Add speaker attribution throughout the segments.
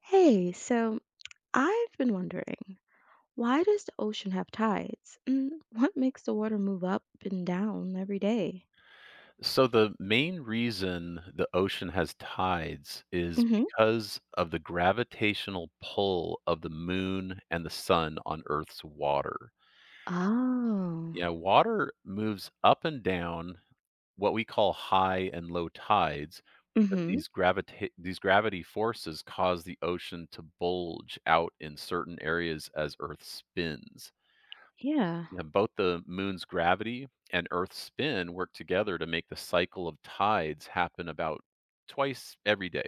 Speaker 1: Hey, so I've been wondering, why does the ocean have tides? And what makes the water move up and down every day?
Speaker 2: So the main reason the ocean has tides is
Speaker 1: Mm-hmm.
Speaker 2: because of the gravitational pull of the moon and the sun on Earth's water.
Speaker 1: Oh,
Speaker 2: Yeah, water moves up and down what we call high and low tides because
Speaker 1: mm-hmm.
Speaker 2: these these gravity forces cause the ocean to bulge out in certain areas as Earth spins.
Speaker 1: Yeah.
Speaker 2: Yeah, both the moon's gravity and Earth's spin work together to make the cycle of tides happen about twice every day.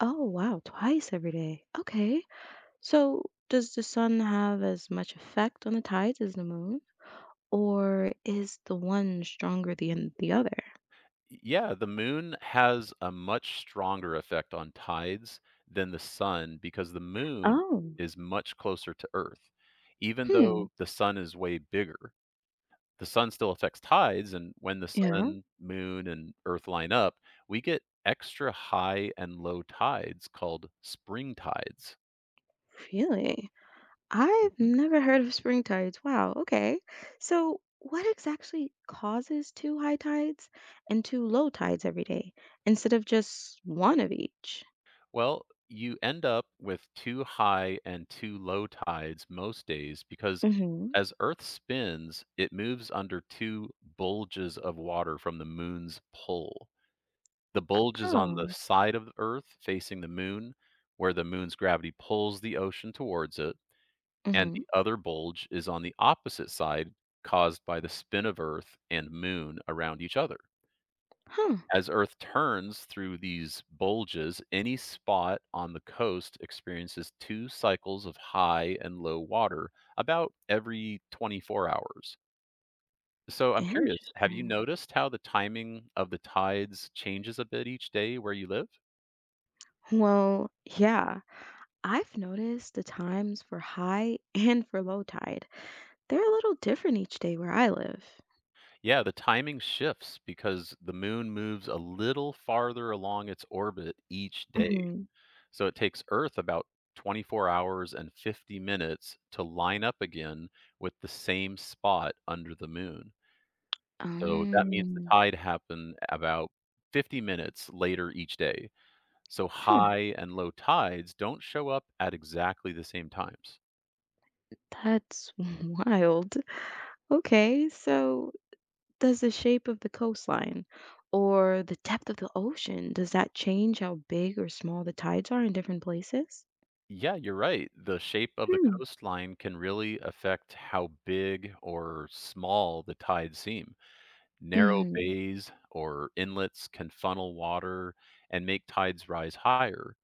Speaker 1: Oh, wow, twice every day. Okay. So does the sun have as much effect on the tides as the moon? Or is the one stronger than the other?
Speaker 2: Yeah, the moon has a much stronger effect on tides than the sun because the moon
Speaker 1: Oh,
Speaker 2: is much closer to Earth. Even
Speaker 1: hmm.
Speaker 2: though the sun is way bigger, the sun still affects tides. And when the
Speaker 1: Yeah,
Speaker 2: sun, moon, and Earth line up, we get extra high and low tides called spring tides.
Speaker 1: really. I've never heard of spring tides. Wow, okay. So, what exactly causes two high tides and two low tides every day instead of just one of each?
Speaker 2: Well, you end up with too high and too low tides most days because
Speaker 1: Mm-hmm.
Speaker 2: as Earth spins, it moves under two bulges of water from the moon's pull. The bulge is on the
Speaker 1: Oh.
Speaker 2: side of Earth facing the moon, where the moon's gravity pulls the ocean towards it, and
Speaker 1: Mm-hmm.
Speaker 2: the other bulge is on the opposite side, caused by the spin of Earth and moon around each other.
Speaker 1: Huh.
Speaker 2: As Earth turns through these bulges, any spot on the coast experiences two cycles of high and low water about every 24 hours. So I'm curious, have you
Speaker 1: Interesting.
Speaker 2: noticed how the timing of the tides changes a bit each day where you live?
Speaker 1: Well, yeah, I've noticed the times for high and for low tide. They're a little different each day where I live.
Speaker 2: Yeah, the timing shifts because the moon moves a little farther along its orbit each day.
Speaker 1: Mm-hmm.
Speaker 2: So it takes Earth about 24 hours and 50 minutes to line up again with the same spot under the moon. So that means the
Speaker 1: Um,
Speaker 2: tide happened about 50 minutes later each day. So
Speaker 1: huh.
Speaker 2: high and low tides don't show up at exactly the same times.
Speaker 1: That's wild. Okay, so does the shape of the coastline or the depth of the ocean, does that change how big or small the tides are in different places?
Speaker 2: Yeah, you're right. The shape of the
Speaker 1: Hmm.
Speaker 2: coastline can really affect how big or small the tides seem. Narrow
Speaker 1: Hmm.
Speaker 2: bays or inlets can funnel water and make tides rise higher.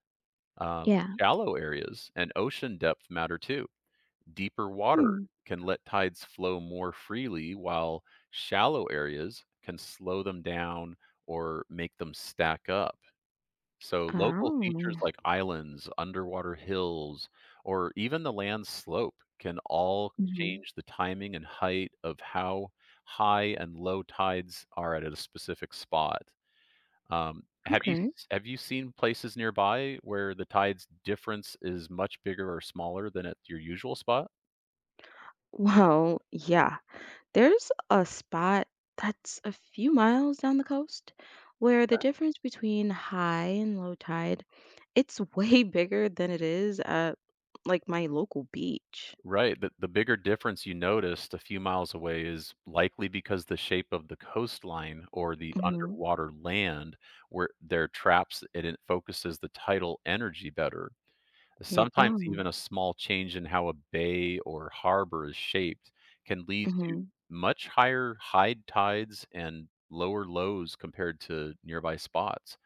Speaker 1: Yeah.
Speaker 2: Shallow areas and ocean depth matter too. Deeper water
Speaker 1: Hmm.
Speaker 2: can let tides flow more freely, while shallow areas can slow them down or make them stack up. So local
Speaker 1: Oh.
Speaker 2: features like islands, underwater hills, or even the land slope can all
Speaker 1: Hmm.
Speaker 2: change the timing and height of how high and low tides are at a specific spot. Um, have you
Speaker 1: Okay.
Speaker 2: have you seen places nearby where the tides difference is much bigger or smaller than at your usual spot?
Speaker 1: Well, yeah. There's a spot that's a few miles down the coast where the difference between high and low tide, it's way bigger than it is at like my local beach.
Speaker 2: Right. The bigger difference you noticed a few miles away is likely because the shape of the coastline or the
Speaker 1: Hmm.
Speaker 2: underwater land where there are traps it focuses the tidal energy better.
Speaker 1: Yeah.
Speaker 2: Sometimes
Speaker 1: Oh.
Speaker 2: even a small change in how a bay or harbor is shaped can lead to
Speaker 1: Hmm.
Speaker 2: much higher high tides and lower lows compared to nearby spots.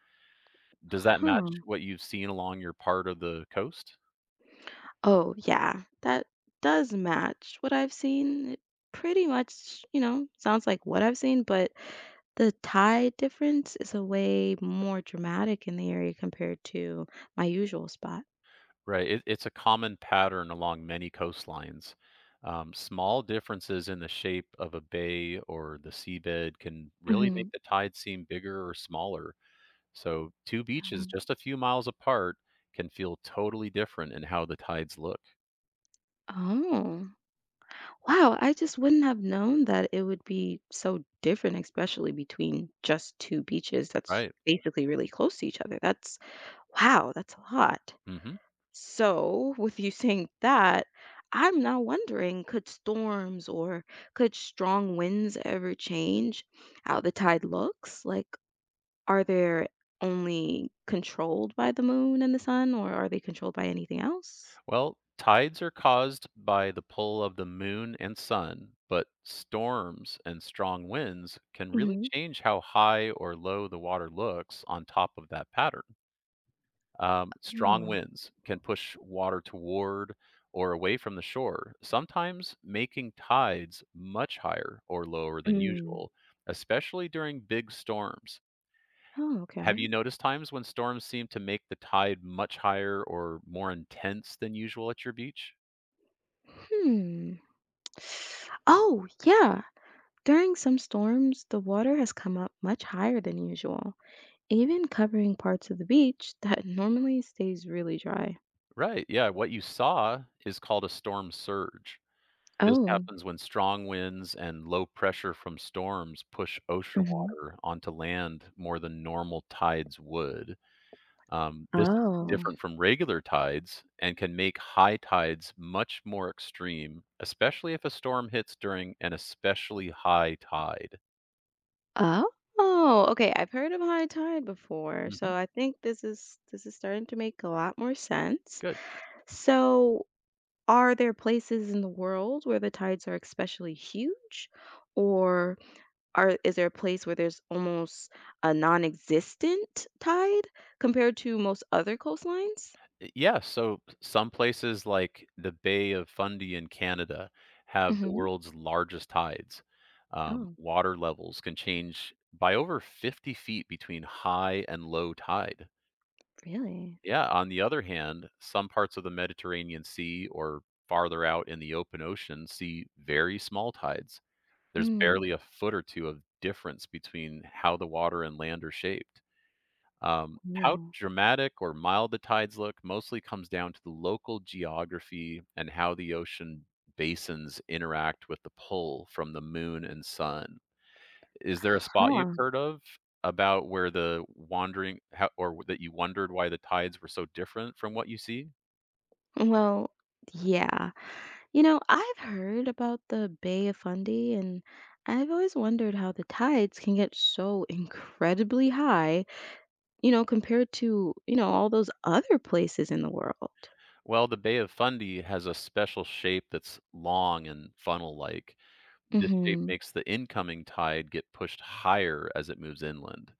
Speaker 2: Does that match
Speaker 1: Huh.
Speaker 2: what you've seen along your part of the coast?
Speaker 1: Oh, yeah. That does match what I've seen. It pretty much, sounds like what I've seen, but the tide difference is a way more dramatic in the area compared to my usual spot.
Speaker 2: Right, it's a common pattern along many coastlines. Small differences in the shape of a bay or the seabed can really make
Speaker 1: Hmm.
Speaker 2: the tide seem bigger or smaller. So, two beaches
Speaker 1: Um,
Speaker 2: just a few miles apart can feel totally different in how the tides look.
Speaker 1: Oh, wow. I just wouldn't have known that it would be so different, especially between just two beaches that's
Speaker 2: Right.
Speaker 1: basically really close to each other. That's, wow, that's a lot.
Speaker 2: hmm
Speaker 1: So, with you saying that, I'm now wondering could storms or could strong winds ever change how the tide looks? Like, are they only controlled by the moon and the sun, or are they controlled by anything else?
Speaker 2: Well, tides are caused by the pull of the moon and sun, but storms and strong winds can really
Speaker 1: Hmm.
Speaker 2: change how high or low the water looks on top of that pattern. Strong
Speaker 1: Oh.
Speaker 2: winds can push water toward or away from the shore, sometimes making tides much higher or lower than
Speaker 1: Mm.
Speaker 2: usual, especially during big storms.
Speaker 1: Oh,
Speaker 2: Have
Speaker 1: okay.
Speaker 2: you noticed times when storms seem to make the tide much higher or more intense than usual at your beach?
Speaker 1: Hmm. Oh, yeah. During some storms, the water has come up much higher than usual, even covering parts of the beach that normally stays really dry.
Speaker 2: Right, yeah. What you saw is called a storm surge. This
Speaker 1: Oh.
Speaker 2: happens when strong winds and low pressure from storms push ocean
Speaker 1: Hmm.
Speaker 2: water onto land more than normal tides would. This is
Speaker 1: Oh.
Speaker 2: different from regular tides and can make high tides much more extreme, especially if a storm hits during an especially high tide.
Speaker 1: Oh. Oh, okay. I've heard of high tide before, so
Speaker 2: Hmm
Speaker 1: I think this is starting to make a lot more sense.
Speaker 2: Good.
Speaker 1: So, are there places in the world where the tides are especially huge, or are is there a place where there's almost a non-existent tide compared to most other coastlines?
Speaker 2: Yeah, so some places like the Bay of Fundy in Canada have the
Speaker 1: Hmm.
Speaker 2: world's largest tides.
Speaker 1: Oh,
Speaker 2: Water levels can change by over 50 feet between high and low tide.
Speaker 1: really?
Speaker 2: Yeah, on the other hand, some parts of the Mediterranean Sea or farther out in the open ocean see very small tides. There's
Speaker 1: Mm.
Speaker 2: barely a foot or two of difference between how the water and land are shaped. How
Speaker 1: Cool.
Speaker 2: dramatic or mild the tides look mostly comes down to the local geography and how the ocean basins interact with the pull from the moon and sun. Is there a spot you've
Speaker 1: Huh.
Speaker 2: heard of about where the wandering how or that you wondered why the tides were so different from what you see?
Speaker 1: Well, yeah. I've heard about the Bay of Fundy, and I've always wondered how the tides can get so incredibly high, compared to, all those other places in the world.
Speaker 2: Well, the Bay of Fundy has a special shape that's long and funnel-like. This shape
Speaker 1: Mm-hmm.
Speaker 2: makes the incoming tide get pushed higher as it moves inland.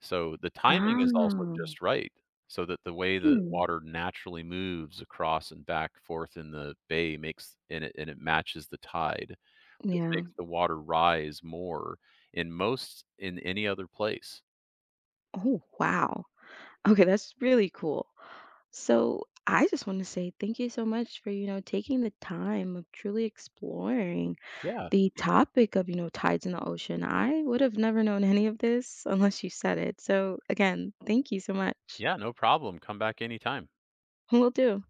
Speaker 2: So, the timing is also
Speaker 1: Ah.
Speaker 2: just right, so that the way the
Speaker 1: Hmm.
Speaker 2: water naturally moves across and back forth in the bay makes and it matches the tide. This
Speaker 1: Yeah.
Speaker 2: makes the water rise more in most in any other place.
Speaker 1: Oh, wow. Okay, that's really cool. So I just want to say thank you so much for, taking the time of truly exploring
Speaker 2: Yeah,
Speaker 1: the topic of, tides in the ocean, I would have never known any of this unless you said it. So again, thank you so much.
Speaker 2: yeah, no problem, come back anytime.
Speaker 1: Will do.